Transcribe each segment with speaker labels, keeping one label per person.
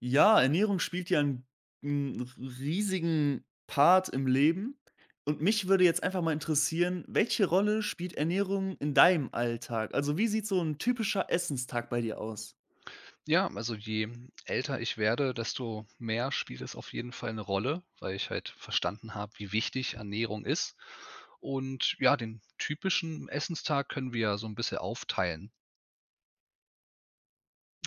Speaker 1: Ja, Ernährung spielt ja einen 'n riesigen Part im Leben und mich würde jetzt einfach mal interessieren, welche Rolle spielt Ernährung in deinem Alltag? Also, wie sieht so ein typischer Essenstag bei dir aus?
Speaker 2: Ja, also je älter ich werde, desto mehr spielt es auf jeden Fall eine Rolle, weil ich halt verstanden habe, wie wichtig Ernährung ist. Und ja, den typischen Essenstag können wir ja so ein bisschen aufteilen.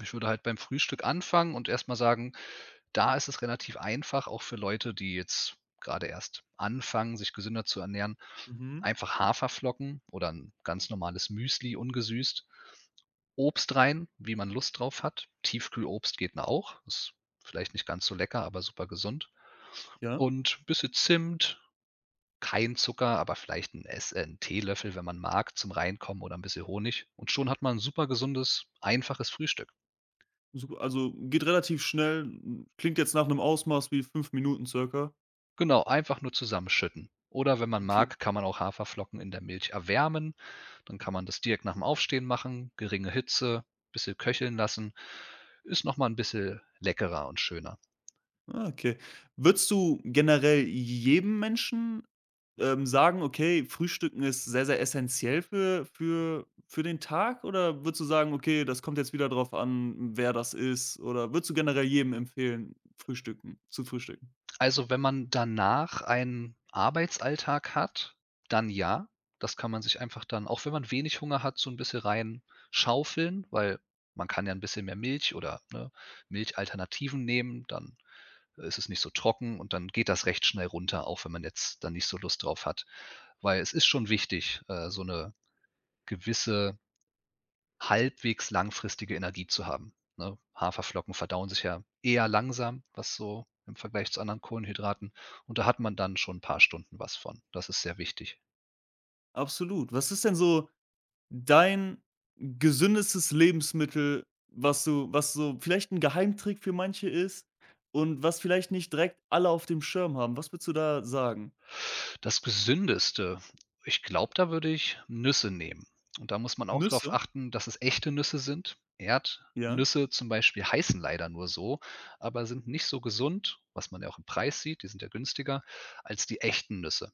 Speaker 2: Ich würde halt beim Frühstück anfangen und erst mal sagen: Da ist es relativ einfach, auch für Leute, die jetzt gerade erst anfangen, sich gesünder zu ernähren,
Speaker 1: Mhm.
Speaker 2: einfach Haferflocken oder ein ganz normales Müsli ungesüßt, Obst rein, wie man Lust drauf hat. Tiefkühlobst geht ne auch, ist vielleicht nicht ganz so lecker, aber super gesund.
Speaker 1: Ja?
Speaker 2: Und ein bisschen Zimt, kein Zucker, aber vielleicht ein Ess 'n Teelöffel, wenn man mag, zum Reinkommen oder ein bisschen Honig. Und schon hat man ein super gesundes, einfaches Frühstück.
Speaker 1: Sup Also, geht relativ schnell, klingt jetzt nach einem Ausmaß wie 5 Minuten circa.
Speaker 2: Genau, einfach nur zusammenschütten. Oder wenn man
Speaker 1: Okay.
Speaker 2: mag, kann man auch Haferflocken in der Milch erwärmen. Dann kann man das direkt nach dem Aufstehen machen, geringe Hitze, bisschen köcheln lassen. Ist noch mal 'n bisschen leckerer und schöner.
Speaker 1: Ah, okay. Würdest du generell jedem Menschen sagen, okay, Frühstücken ist sehr, sehr essentiell für den Tag, oder würdest du sagen: „Okay, das kommt jetzt wieder drauf an, wer das ist?" Oder würdest du generell jedem empfehlen, frühstücken zu frühstücken?
Speaker 2: Also, wenn man danach einen Arbeitsalltag hat, dann ja. Das kann man sich einfach dann, auch wenn man wenig Hunger hat, so ein bisschen reinschaufeln, weil man kann ja ein bisschen mehr Milch oder, ne, Milchalternativen nehmen, dann ist es nicht so trocken und dann geht das recht schnell runter, auch wenn man jetzt dann nicht so Lust drauf hat. Weil es ist schon wichtig, so eine gewisse halbwegs langfristige Energie zu haben, ne? Haferflocken verdauen sich ja eher langsam, was so im Vergleich zu anderen Kohlenhydraten, und da hat man dann schon ein paar Stunden was von. Das ist sehr wichtig.
Speaker 1: Absolut. Was ist denn so dein gesündestes Lebensmittel, was so vielleicht ein Geheimtrick für manche ist und was vielleicht nicht direkt alle auf dem Schirm haben? Was würdest du da sagen?
Speaker 2: Das Gesündeste? Ich glaube, da würde ich Nüsse nehmen. Und da muss man auch darauf
Speaker 1: Nüsse?
Speaker 2: achten, dass es echte Nüsse sind.
Speaker 1: Ja.
Speaker 2: Erdnüsse zum Beispiel heißen leider nur so, aber sind nicht so gesund, was man ja auch im Preis sieht, die sind ja günstiger als die echten Nüsse.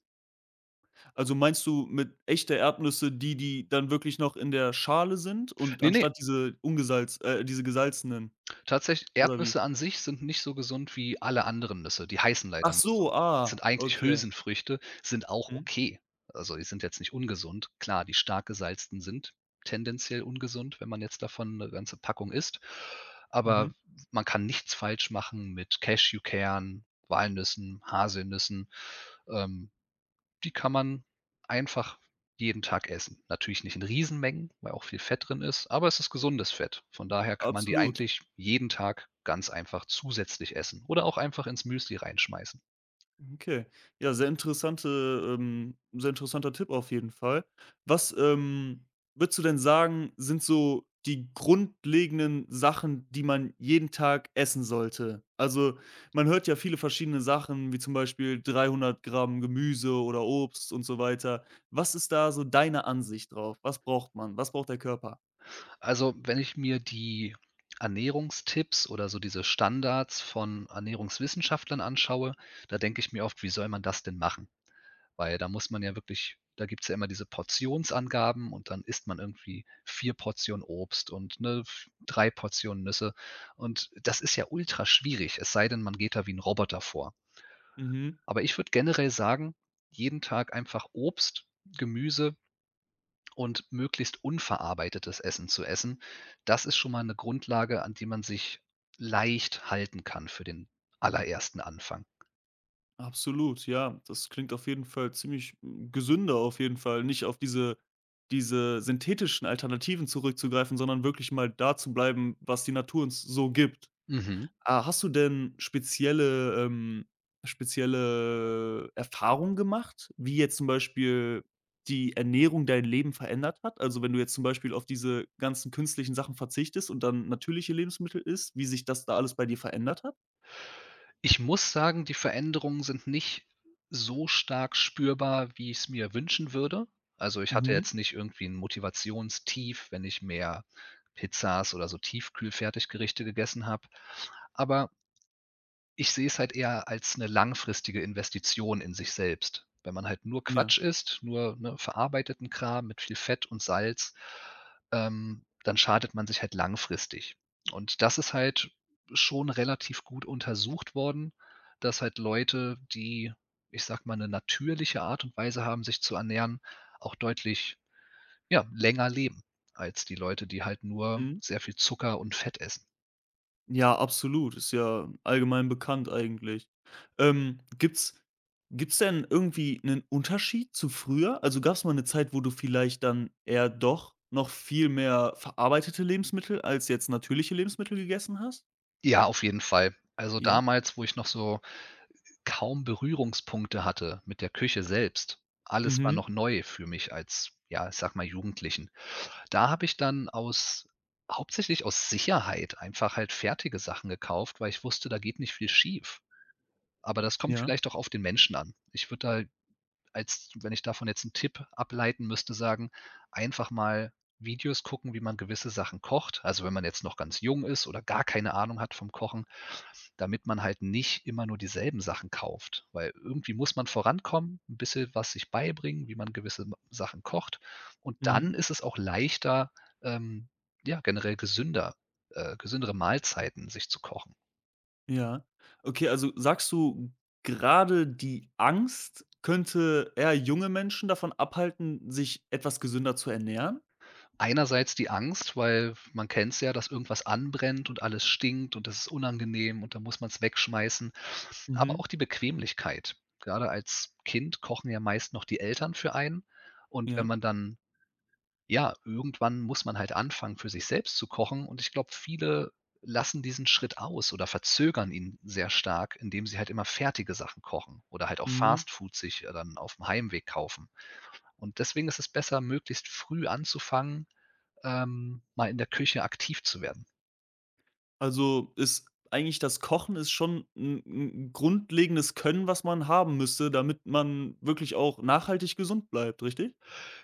Speaker 1: Also, meinst du mit echte Erdnüsse, die die dann wirklich noch in der Schale sind, und
Speaker 2: Ne, ne,
Speaker 1: anstatt diese ungesalz diese gesalzenen,
Speaker 2: tatsächlich,
Speaker 1: oder wie?
Speaker 2: Erdnüsse an sich sind nicht so gesund wie alle anderen Nüsse. Die heißen
Speaker 1: Ach
Speaker 2: leider nur
Speaker 1: so,
Speaker 2: so.
Speaker 1: ah,
Speaker 2: Sind eigentlich
Speaker 1: okay.
Speaker 2: Hülsenfrüchte, sind auch
Speaker 1: Mhm,
Speaker 2: okay. Also, die sind jetzt nicht ungesund. Klar, die stark gesalzten sind tendenziell ungesund, wenn man jetzt davon eine ganze Packung isst.
Speaker 1: mhm,
Speaker 2: Aber man kann nichts falsch machen mit Cashewkernen, Walnüssen, Haselnüssen, ähm, die kann man einfach jeden Tag essen. Natürlich nicht in Riesenmengen, weil auch viel Fett drin ist, aber es ist gesundes Fett. Von daher kann man die
Speaker 1: absolut.
Speaker 2: eigentlich jeden Tag ganz einfach zusätzlich essen oder auch einfach ins Müsli reinschmeißen.
Speaker 1: Okay. Ja, sehr interessanter Tipp auf jeden Fall. Was, würdest du denn sagen, sind so die grundlegenden Sachen, die man jeden Tag essen sollte? Also, man hört ja viele verschiedene Sachen, wie zum Beispiel 300 Gramm Gemüse oder Obst und so weiter. Was ist da so deine Ansicht drauf? Was braucht man? Was braucht der Körper?
Speaker 2: Also, wenn ich mir die Ernährungstipps oder so diese Standards von Ernährungswissenschaftlern anschaue, da denke ich mir oft: „Wie soll man das denn machen?“ Weil da muss man ja wirklich — da gibt's ja immer diese Portionsangaben und dann isst man irgendwie 4 Portionen Obst und, ne, v 3 Portionen Nüsse. Und das ist ja ultra schwierig, es sei denn, man geht da wie ein Roboter vor.
Speaker 1: Mhm.
Speaker 2: Aber ich würde generell sagen, jeden Tag einfach Obst, Gemüse und möglichst unverarbeitetes Essen zu essen. Das ist schon mal eine Grundlage, an die man sich leicht halten kann für den allerersten Anfang.
Speaker 1: Absolut, ja. Das klingt auf jeden Fall ziemlich gesünder auf jeden Fall, nicht auf diese synthetischen Alternativen zurückzugreifen, sondern wirklich mal da zu bleiben, was die Natur uns so gibt.
Speaker 2: Mhm.
Speaker 1: Ah, hast du denn spezielle Erfahrungen gemacht, wie jetzt zum Beispiel die Ernährung dein Leben verändert hat? Also, wenn du jetzt zum Beispiel auf diese ganzen künstlichen Sachen verzichtest und dann natürliche Lebensmittel isst, wie sich das da alles bei dir verändert hat?
Speaker 2: Ich muss sagen, die Veränderungen sind nicht so stark spürbar, wie ich es mir wünschen würde. Also, ich hatte
Speaker 1: Mhm.
Speaker 2: jetzt nicht irgendwie 'n Motivationstief, wenn ich mehr Pizzas oder so Tiefkühl-Fertiggerichte gegessen habe. Aber ich sehe es halt eher als eine langfristige Investition in sich selbst. Wenn man halt nur
Speaker 1: Ja.
Speaker 2: Quatsch isst, nur, ne, verarbeiteten Kram mit viel Fett und Salz, dann schadet man sich halt langfristig. Und das ist halt schon relativ gut untersucht worden, dass halt Leute, die, ich sage mal, eine natürliche Art und Weise haben, sich zu ernähren, auch deutlich, ja, länger leben als die Leute, die halt nur
Speaker 1: Mhm.
Speaker 2: sehr viel Zucker und Fett essen.
Speaker 1: Ja, absolut, ist ja allgemein bekannt eigentlich. Ähm, gibt's gibt's denn irgendwie einen Unterschied zu früher? Also, gab's mal eine Zeit, wo du vielleicht dann eher doch noch viel mehr verarbeitete Lebensmittel als jetzt natürliche Lebensmittel gegessen hast?
Speaker 2: Ja, auf jeden Fall. Also,
Speaker 1: Ja.
Speaker 2: damals, wo ich noch so kaum Berührungspunkte hatte mit der Küche selbst. Alles war
Speaker 1: Mhm.
Speaker 2: noch neu für mich als, ja, ich sage mal, Jugendlichen. Da habe ich dann aus hauptsächlich aus Sicherheit einfach halt fertige Sachen gekauft, weil ich wusste, da geht nicht viel schief. Aber das kommt
Speaker 1: Ja.
Speaker 2: vielleicht auch auf den Menschen an. Ich würde da, als wenn ich davon jetzt einen Tipp ableiten müsste, sagen, einfach mal Videos gucken, wie man gewisse Sachen kocht. Also, wenn man jetzt noch ganz jung ist oder gar keine Ahnung hat vom Kochen, damit man halt nicht immer nur dieselben Sachen kauft, weil irgendwie muss man vorankommen, ein bisschen was sich beibringen, wie man gewisse M Sachen kocht. Und
Speaker 1: Mhm.
Speaker 2: dann ist es auch leichter, ähm, ja, generell gesünder gesündere Mahlzeiten sich zu kochen.
Speaker 1: Ja. Okay, also sagst du, gerade die Angst könnte eher junge Menschen davon abhalten, sich etwas gesünder zu ernähren?
Speaker 2: Einerseits die Angst, weil man kennt's ja, dass irgendwas anbrennt und alles stinkt und das ist unangenehm und dann muss man es wegschmeißen,
Speaker 1: Mhm.
Speaker 2: aber auch die Bequemlichkeit. Gerade als Kind kochen ja meist noch die Eltern für einen, und wenn
Speaker 1: Ja.
Speaker 2: man dann — ja, irgendwann muss man halt anfangen, für sich selbst zu kochen, und ich glaube, viele lassen diesen Schritt aus oder verzögern ihn sehr stark, indem sie halt immer fertige Sachen kochen oder halt auch
Speaker 1: Mhm.
Speaker 2: Fast Food sich, dann auf dem Heimweg kaufen. Und deswegen ist es besser, möglichst früh anzufangen, mal in der Küche aktiv zu werden.
Speaker 1: Also, ist eigentlich das Kochen ist schon ein 'n grundlegendes Können, was man haben müsste, damit man wirklich auch nachhaltig gesund bleibt, richtig?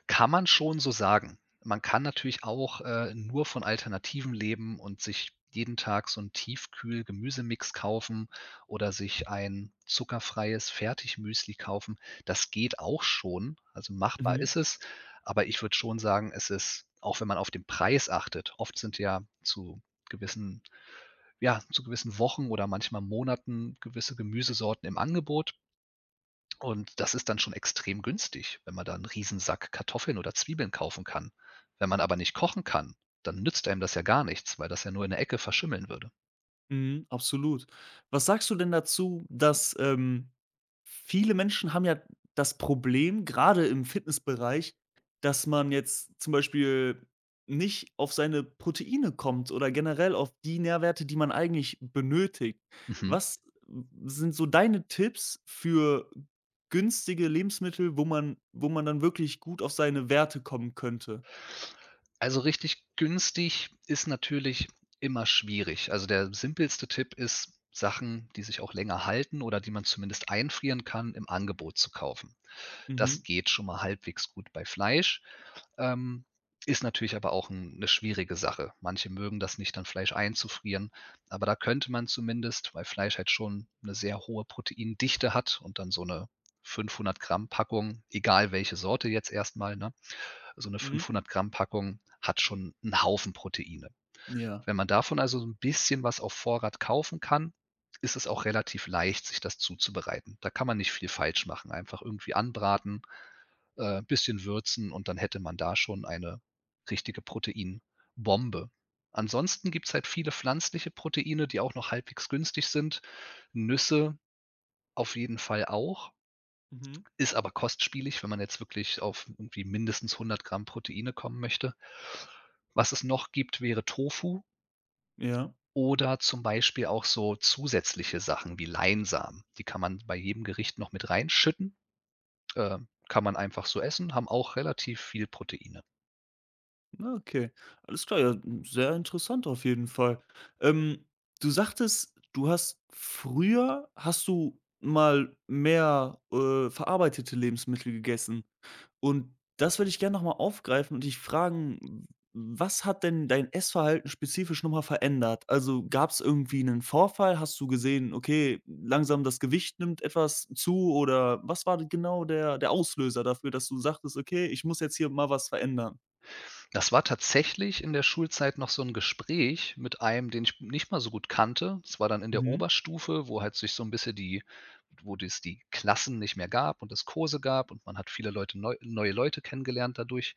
Speaker 2: Kann man schon so sagen. Man kann natürlich auch, nur von Alternativen leben und sich jeden Tag so 'n Tiefkühl-Gemüsemix kaufen oder sich ein zuckerfreies Fertigmüsli kaufen. Das geht auch schon. Also, machbar ist es, aber ich würde schon sagen, es ist auch — wenn man auf den Preis achtet, oft sind ja zu gewissen, ja, zu gewissen Wochen oder manchmal Monaten gewisse Gemüsesorten im Angebot. Und das ist dann schon extrem günstig, wenn man da einen Riesensack Kartoffeln oder Zwiebeln kaufen kann. Wenn man aber nicht kochen kann, dann nützt einem das ja gar nichts, weil das ja nur in der Ecke verschimmeln würde.
Speaker 1: Mhm, absolut. Was sagst du denn dazu, viele Menschen haben ja das Problem, gerade im Fitnessbereich, dass man jetzt zum Beispiel nicht auf seine Proteine kommt oder generell auf die Nährwerte, die man eigentlich benötigt.
Speaker 2: Mhm.
Speaker 1: Was sind so deine Tipps für günstige Lebensmittel, wo man dann wirklich gut auf seine Werte kommen könnte?
Speaker 2: Also, richtig günstig ist natürlich immer schwierig. Also, der simpelste Tipp ist, Sachen, die sich auch länger halten oder die man zumindest einfrieren kann, im Angebot zu kaufen.
Speaker 1: Mhm,
Speaker 2: Das geht schon mal halbwegs gut bei Fleisch. Ähm, ist natürlich aber auch 'n 'ne schwierige Sache. Manche mögen das nicht, dann Fleisch einzufrieren, aber da könnte man zumindest, weil Fleisch halt schon eine sehr hohe Proteindichte hat, und dann so eine 500 Gramm Packung, egal welche Sorte jetzt erstmal, ne? So eine
Speaker 1: mhm,
Speaker 2: 500 Gramm Packung hat schon einen Haufen Proteine.
Speaker 1: ja,
Speaker 2: Wenn man davon also so 'n bisschen was auf Vorrat kaufen kann, ist es auch relativ leicht, sich das zuzubereiten. Da kann man nicht viel falsch machen. Einfach irgendwie anbraten, bisschen würzen und dann hätte man da schon eine richtige Proteinbombe. Ansonsten gibt es halt viele pflanzliche Proteine, die auch noch halbwegs günstig sind. Nüsse auf jeden Fall auch,
Speaker 1: mhm,
Speaker 2: ist aber kostspielig, wenn man jetzt wirklich auf irgendwie mindestens 100 Gramm Proteine kommen möchte. Was es noch gibt, wäre Tofu
Speaker 1: ja.
Speaker 2: oder zum Beispiel auch so zusätzliche Sachen wie Leinsamen. Die kann man bei jedem Gericht noch mit reinschütten, äh, kann man einfach so essen, haben auch relativ viel Proteine.
Speaker 1: Ah, okay. Alles klar, ja, sehr interessant auf jeden Fall. Ähm, Du sagtest, du hast früher hast du mal mehr, verarbeitete Lebensmittel gegessen, und das würde ich gerne noch mal aufgreifen und dich fragen, was hat denn dein Essverhalten spezifisch noch verändert? Also, gab es irgendwie einen Vorfall? Hast du gesehen, okay, langsam das Gewicht nimmt etwas zu, oder was war genau der Auslöser dafür, dass du sagtest: „Okay, ich muss jetzt hier mal was verändern?"
Speaker 2: Das war tatsächlich in der Schulzeit noch so 'n Gespräch mit einem, den ich nicht mal so gut kannte. Das war dann in der
Speaker 1: Mhm,
Speaker 2: Oberstufe, wo halt sich so 'n bisschen die — wo das die Klassen nicht mehr gab und es Kurse gab und man hat viele Leute neue Leute kennengelernt dadurch.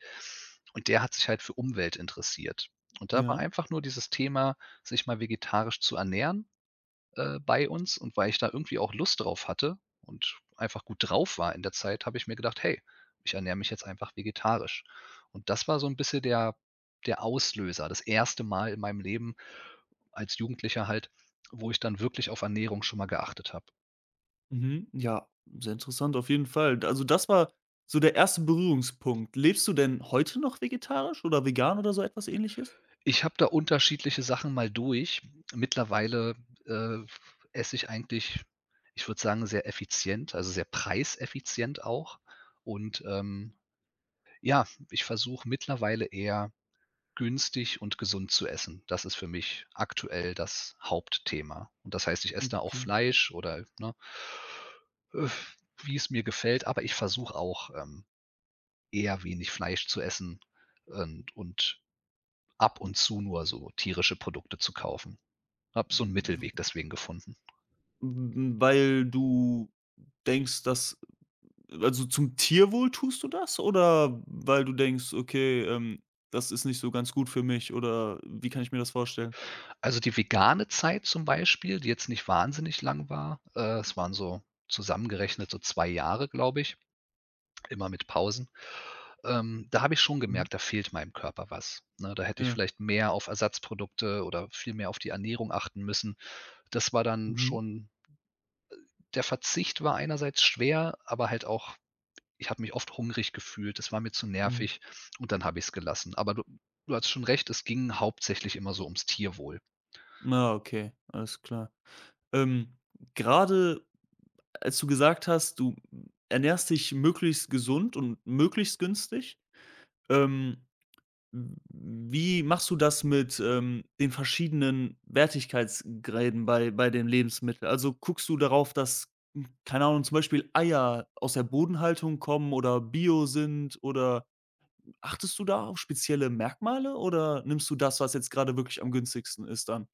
Speaker 2: Und der hat sich halt für Umwelt interessiert. Und da war
Speaker 1: ja.
Speaker 2: einfach nur dieses Thema, sich mal vegetarisch zu ernähren, bei uns, und weil ich da irgendwie auch Lust drauf hatte und einfach gut drauf war in der Zeit, habe ich mir gedacht: „Hey, ich ernähre mich jetzt einfach vegetarisch.“ Und das war so ein bisschen der Auslöser, das erste Mal in meinem Leben als Jugendlicher halt, wo ich dann wirklich auf Ernährung schon mal geachtet habe.
Speaker 1: Mhm. Ja, sehr interessant auf jeden Fall. Also das war so der erste Berührungspunkt. Lebst du denn heute noch vegetarisch oder vegan oder so etwas Ähnliches?
Speaker 2: Ich habe da unterschiedliche Sachen mal durch. Mittlerweile, äh, esse ich eigentlich, ich würde sagen, sehr effizient, also sehr preiseffizient auch. Und, ja, ich versuche mittlerweile eher günstig und gesund zu essen. Das ist für mich aktuell das Hauptthema. Und das heißt, ich esse da auch
Speaker 1: Okay.
Speaker 2: Fleisch oder, ne, äh, wie es mir gefällt, aber ich versuche auch, eher wenig Fleisch zu essen und ab und zu nur so tierische Produkte zu kaufen. Habe so einen
Speaker 1: W w
Speaker 2: Mittelweg deswegen gefunden.
Speaker 1: weil du denkst, dass also zum Tierwohl tust du das, oder weil du denkst: „Okay, das ist nicht so ganz gut für mich", oder wie kann ich mir das vorstellen?
Speaker 2: Also, die vegane Zeit zum Beispiel, die jetzt nicht wahnsinnig lang war, es waren so zusammengerechnet so 2 Jahre, glaube ich, immer mit Pausen. Da habe ich schon
Speaker 1: Mhm.
Speaker 2: gemerkt, da fehlt meinem Körper was, ne? Da hätte ich
Speaker 1: Ja.
Speaker 2: vielleicht mehr auf Ersatzprodukte oder viel mehr auf die Ernährung achten müssen. Das war dann
Speaker 1: Mhm.
Speaker 2: schon — der Verzicht war einerseits schwer, aber halt auch — ich habe mich oft hungrig gefühlt, das war mir zu
Speaker 1: Mhm.
Speaker 2: nervig und dann habe ich es gelassen. Aber du hast schon recht, es ging hauptsächlich immer so ums Tierwohl.
Speaker 1: Ah, okay, alles klar. Ähm, grade als du gesagt hast, du ernährst dich möglichst gesund und möglichst günstig, ähm, wie machst du das mit, den verschiedenen Wertigkeitsgräden bei den Lebensmitteln? Also, guckst du darauf, dass, keine Ahnung, zum Beispiel Eier aus der Bodenhaltung kommen oder Bio sind, oder achtest du da auf spezielle Merkmale oder nimmst du das, was jetzt gerade wirklich am günstigsten ist dann?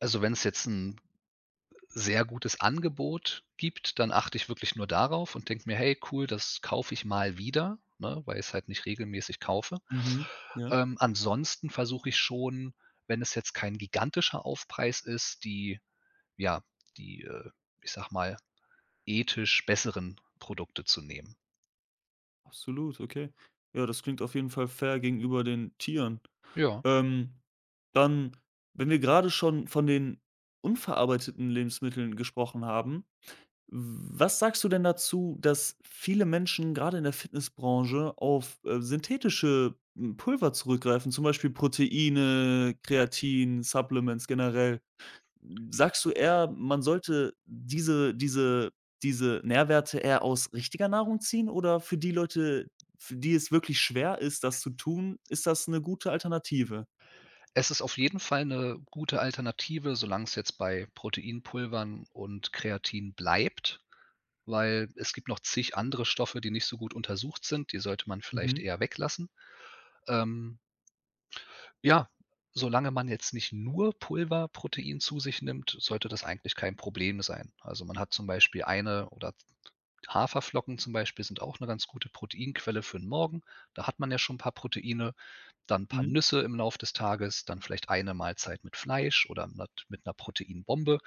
Speaker 2: Also, wenn es jetzt ein sehr gutes Angebot gibt, dann achte ich wirklich nur darauf und denke mir: „Hey, cool, das kaufe ich mal wieder“, ne, weil ich's halt nicht regelmäßig kaufe.
Speaker 1: Mhm. Ja,
Speaker 2: Ansonsten versuche ich schon, wenn es jetzt kein gigantischer Aufpreis ist, die, ja, die, ich sag mal, ethisch besseren Produkte zu nehmen.
Speaker 1: absolut, okay. Ja, das klingt auf jeden Fall fair gegenüber den Tieren.
Speaker 2: Ja.
Speaker 1: Ähm, dann, wenn wir gerade schon von den unverarbeiteten Lebensmitteln gesprochen haben, was sagst du denn dazu, dass viele Menschen gerade in der Fitnessbranche auf, synthetische, Pulver zurückgreifen, zum Beispiel Proteine, Kreatin, Supplements generell? Sagst du eher, man sollte diese Nährwerte eher aus richtiger Nahrung ziehen, oder für die Leute, für die es wirklich schwer ist, das zu tun, ist das eine gute Alternative?
Speaker 2: Es ist auf jeden Fall eine gute Alternative, solange es jetzt bei Proteinpulvern und Kreatin bleibt, weil es gibt noch zig andere Stoffe, die nicht so gut untersucht sind, die sollte man vielleicht
Speaker 1: Mhm.
Speaker 2: eher weglassen. Ähm, ja, solange man jetzt nicht nur Pulverprotein zu sich nimmt, sollte das eigentlich kein Problem sein. Also, man hat zum Beispiel eine oder — Haferflocken zum Beispiel sind auch eine ganz gute Proteinquelle für den Morgen. Da hat man ja schon ein paar Proteine, dann ein paar
Speaker 1: Mhm.
Speaker 2: Nüsse im Lauf des Tages, dann vielleicht eine Mahlzeit mit Fleisch oder mit 'ner Proteinbombe.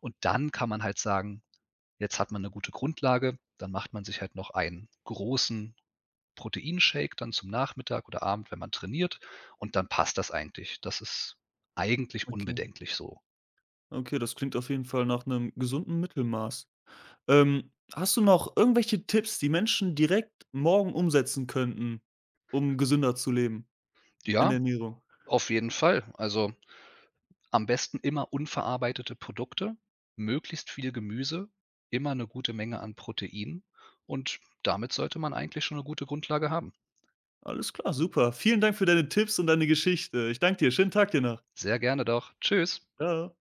Speaker 2: Und dann kann man halt sagen: „Jetzt hat man eine gute Grundlage.“ Dann macht man sich halt noch einen großen Proteinshake dann zum Nachmittag oder Abend, wenn man trainiert, und dann passt das eigentlich. Das ist eigentlich
Speaker 1: Okay.
Speaker 2: unbedenklich so.
Speaker 1: Okay, das klingt auf jeden Fall nach einem gesunden Mittelmaß. Hast du noch irgendwelche Tipps, die Menschen direkt morgen umsetzen könnten, um gesünder zu leben in
Speaker 2: Ja,
Speaker 1: der Ernährung?
Speaker 2: auf jeden Fall. Also, am besten immer unverarbeitete Produkte, möglichst viel Gemüse, immer eine gute Menge an Protein, und damit sollte man eigentlich schon eine gute Grundlage haben.
Speaker 1: Alles klar, super. Vielen Dank für deine Tipps und deine Geschichte. Ich danke dir. Schönen Tag dir noch.
Speaker 2: Sehr gerne doch. Tschüss.
Speaker 1: Tschau.